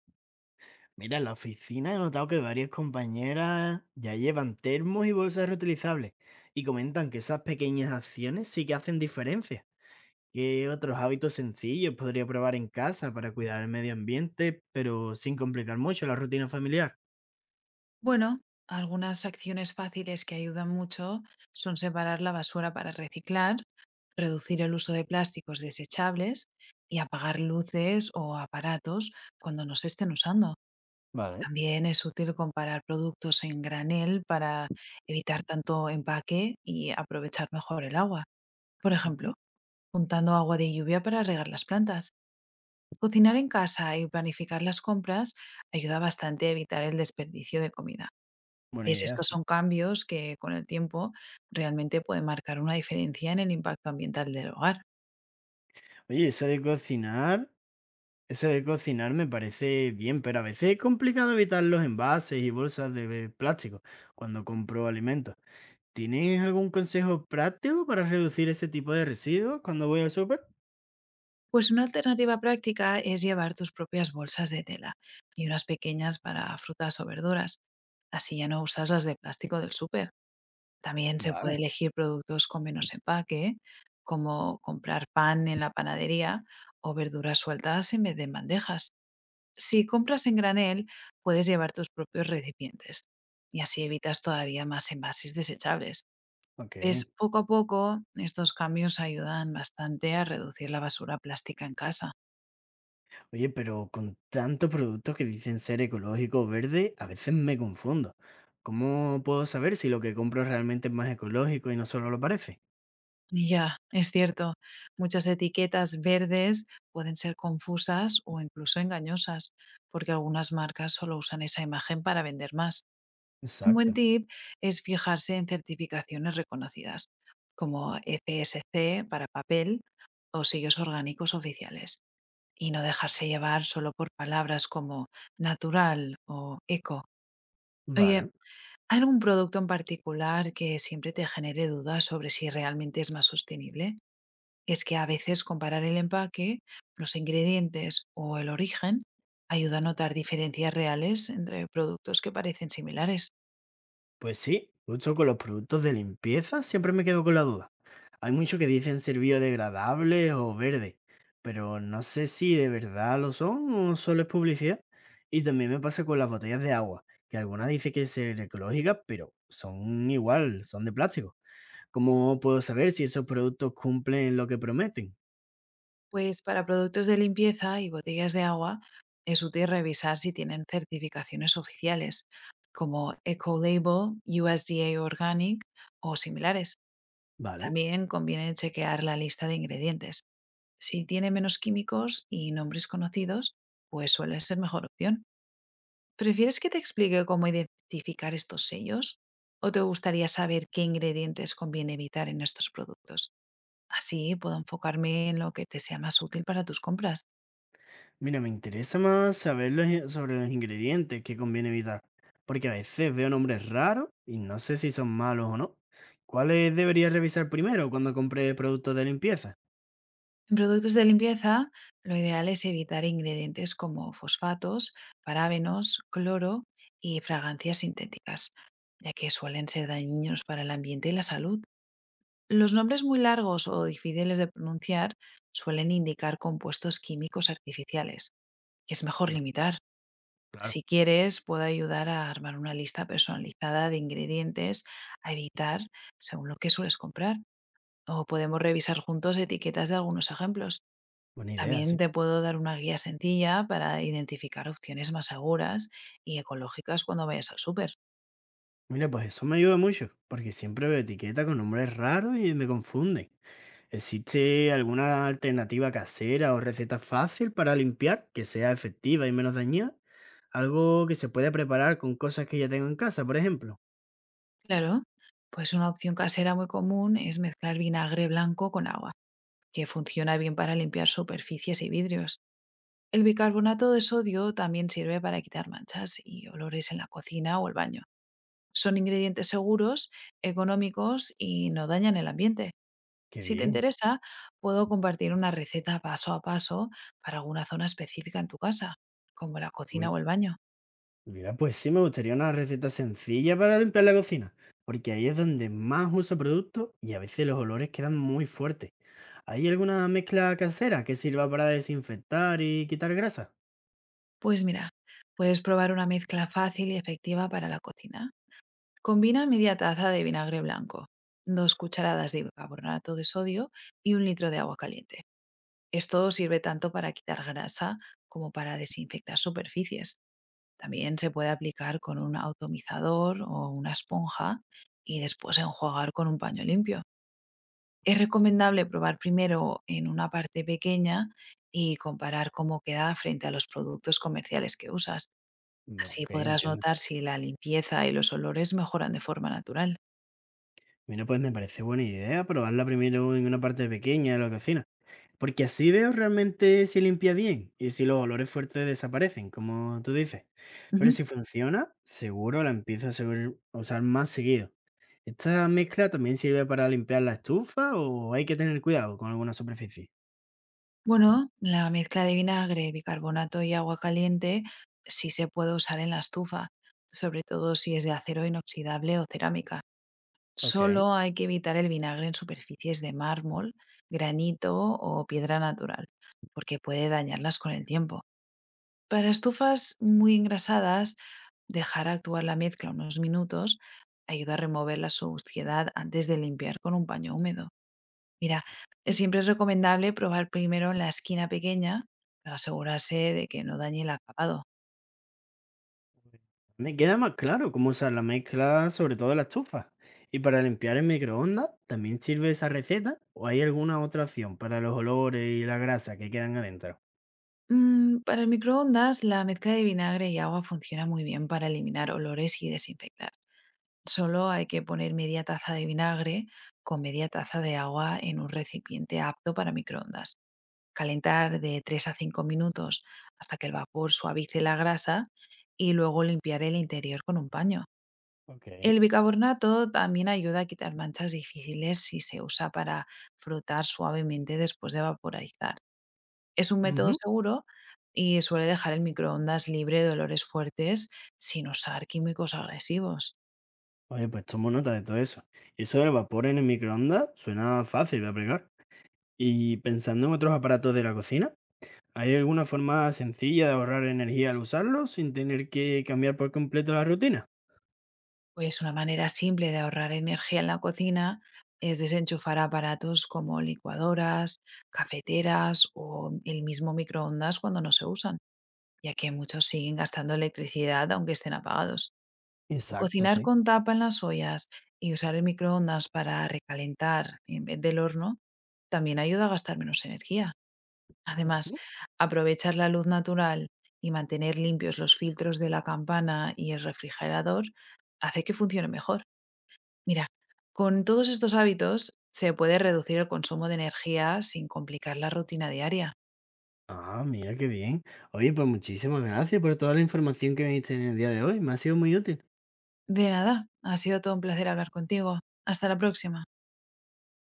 Mira, en la oficina he notado que varias compañeras ya llevan termos y bolsas reutilizables y comentan que esas pequeñas acciones sí que hacen diferencia. ¿Qué otros hábitos sencillos podría probar en casa para cuidar el medio ambiente, pero sin complicar mucho la rutina familiar? Bueno, algunas acciones fáciles que ayudan mucho son separar la basura para reciclar, reducir el uso de plásticos desechables y apagar luces o aparatos cuando no se estén usando. Vale. También es útil comparar productos en granel para evitar tanto empaque y aprovechar mejor el agua. Por ejemplo, Ujú. juntando agua de lluvia para regar las plantas. Cocinar en casa y planificar las compras ayuda bastante a evitar el desperdicio de comida. Buena Pues idea, estos sí. son cambios que con el tiempo realmente pueden marcar una diferencia en el impacto ambiental del hogar. Oye, eso de cocinar me parece bien, pero a veces es complicado evitar los envases y bolsas de plástico cuando compro alimentos. ¿Tienes algún consejo práctico para reducir ese tipo de residuos cuando voy al súper? Pues una alternativa práctica es llevar tus propias bolsas de tela y unas pequeñas para frutas o verduras. Así ya no usas las de plástico del súper. También se puede Vale. elegir productos con menos empaque, como comprar pan en la panadería o verduras sueltas en vez de en bandejas. Si compras en granel, puedes llevar tus propios recipientes y así evitas todavía más envases desechables. Ok. Es poco a poco, estos cambios ayudan bastante a reducir la basura plástica en casa. Oye, pero con tantos productos que dicen ser ecológico o verde, a veces me confundo. ¿Cómo puedo saber si lo que compro realmente es más ecológico y no solo lo parece? Y ya, es cierto, muchas etiquetas verdes pueden ser confusas o incluso engañosas, porque algunas marcas solo usan esa imagen para vender más. Un buen Exacto. tip es fijarse en certificaciones reconocidas, como FSC para papel o sellos orgánicos oficiales, y no dejarse llevar solo por palabras como natural o eco. Oye, Vale. ¿hay algún producto en particular que siempre te genere dudas sobre si realmente es más sostenible? Es que a veces comparar el empaque, los ingredientes o el origen ayuda a notar diferencias reales entre productos que parecen similares. Pues sí, justo con los productos de limpieza siempre me quedo con la duda. Hay muchos que dicen ser biodegradables o verdes, pero no sé si de verdad lo son o solo es publicidad. Y también me pasa con las botellas de agua, que algunas dicen que ser ecológicas, pero son igual, son de plástico. ¿Cómo puedo saber si esos productos cumplen lo que prometen? Pues para productos de limpieza y botellas de agua es útil revisar si tienen certificaciones oficiales como Ecolabel, USDA Organic o similares. Vale. También conviene chequear la lista de ingredientes. Si tiene menos químicos y nombres conocidos, pues suele ser mejor opción. ¿Prefieres que te explique cómo identificar estos sellos? ¿O te gustaría saber qué ingredientes conviene evitar en estos productos? Así puedo enfocarme en lo que te sea más útil para tus compras. Mira, me interesa más saber los sobre los ingredientes que conviene evitar, porque a veces veo nombres raros y no sé si son malos o no. ¿Cuáles debería revisar primero cuando compre productos de limpieza? En productos de limpieza, lo ideal es evitar ingredientes como fosfatos, parabenos, cloro y fragancias sintéticas, ya que suelen ser dañinos para el ambiente y la salud. Los nombres muy largos o difíciles de pronunciar suelen indicar compuestos químicos artificiales, que es mejor Va, limitar. claro, Si quieres, puedo ayudar a armar una lista personalizada de ingredientes a evitar según lo que sueles comprar. O podemos revisar juntos etiquetas de algunos ejemplos. buena idea, También sí. te puedo dar una guía sencilla para identificar opciones más seguras y ecológicas cuando vayas al súper. Mira, pues eso me ayuda mucho, porque siempre veo etiquetas con nombres raros y me confunden. ¿Existe alguna alternativa casera o receta fácil para limpiar que sea efectiva y menos dañina? Algo que se pueda preparar con cosas que ya tengo en casa, por ejemplo. Claro, pues una opción casera muy común es mezclar vinagre blanco con agua, que funciona bien para limpiar superficies y vidrios. El bicarbonato de sodio también sirve para quitar manchas y olores en la cocina o el baño. Son ingredientes seguros, económicos y no dañan el ambiente. Qué Si te bien. interesa, puedo compartir una receta paso a paso para alguna zona específica en tu casa, como la cocina o el baño. Mira, pues sí, me gustaría una receta sencilla para limpiar la cocina, porque ahí es donde más uso productos y a veces los olores quedan muy fuertes. ¿Hay alguna mezcla casera que sirva para desinfectar y quitar grasa? Pues mira, puedes probar una mezcla fácil y efectiva para la cocina. Combina media taza de vinagre blanco, dos cucharadas de bicarbonato de sodio y un litro de agua caliente. Esto sirve tanto para quitar grasa como para desinfectar superficies. También se puede aplicar con un atomizador o una esponja y después enjuagar con un paño limpio. Es recomendable probar primero en una parte pequeña y comparar cómo queda frente a los productos comerciales que usas. No, Así ok, podrás entiendo. notar si la limpieza y los olores mejoran de forma natural. Mira, pues me parece buena idea probarla primero en una parte pequeña de la cocina, porque así veo realmente si limpia bien y si los olores fuertes desaparecen, como tú dices. Pero Ujú. si funciona, seguro la empiezo a a usar más seguido. ¿Esta mezcla también sirve para limpiar la estufa o hay que tener cuidado con alguna superficie? Bueno, la mezcla de vinagre, bicarbonato y agua caliente sí se puede usar en la estufa, sobre todo si es de acero inoxidable o cerámica. Ok. Solo hay que evitar el vinagre en superficies de mármol, granito o piedra natural, porque puede dañarlas con el tiempo. Para estufas muy engrasadas, dejar actuar la mezcla unos minutos ayuda a remover la suciedad antes de limpiar con un paño húmedo. Mira, siempre es recomendable probar primero en la esquina pequeña para asegurarse de que no dañe el acabado. Me queda más claro cómo usar la mezcla, sobre todo la estufa. Y para limpiar el microondas, ¿también sirve esa receta? ¿O hay alguna otra opción para los olores y la grasa que quedan adentro? Mm, para el microondas, la mezcla de vinagre y agua funciona muy bien para eliminar olores y desinfectar. Solo hay que poner media taza de vinagre con media taza de agua en un recipiente apto para microondas. Calentar de 3 a 5 minutos hasta que el vapor suavice la grasa y luego limpiar el interior con un paño. Ok. El bicarbonato también ayuda a quitar manchas difíciles si se usa para frotar suavemente después de vaporizar. Es un método Ujú. seguro y suele dejar el microondas libre de olores fuertes sin usar químicos agresivos. Oye, pues tomo nota de todo eso. Eso del vapor en el microondas suena fácil de aplicar. Y pensando en otros aparatos de la cocina, ¿hay alguna forma sencilla de ahorrar energía al usarlo sin tener que cambiar por completo la rutina? Pues una manera simple de ahorrar energía en la cocina es desenchufar aparatos como licuadoras, cafeteras o el mismo microondas cuando no se usan, ya que muchos siguen gastando electricidad aunque estén apagados. Exacto, Cocinar sí. con tapa en las ollas y usar el microondas para recalentar en vez del horno también ayuda a gastar menos energía. Además, Ujú. aprovechar la luz natural y mantener limpios los filtros de la campana y el refrigerador hace que funcione mejor. Mira, con todos estos hábitos se puede reducir el consumo de energía sin complicar la rutina diaria. Ah, mira qué bien. Oye, pues muchísimas gracias por toda la información que me diste en el día de hoy. Me ha sido muy útil. De nada, ha sido todo un placer hablar contigo. Hasta la próxima.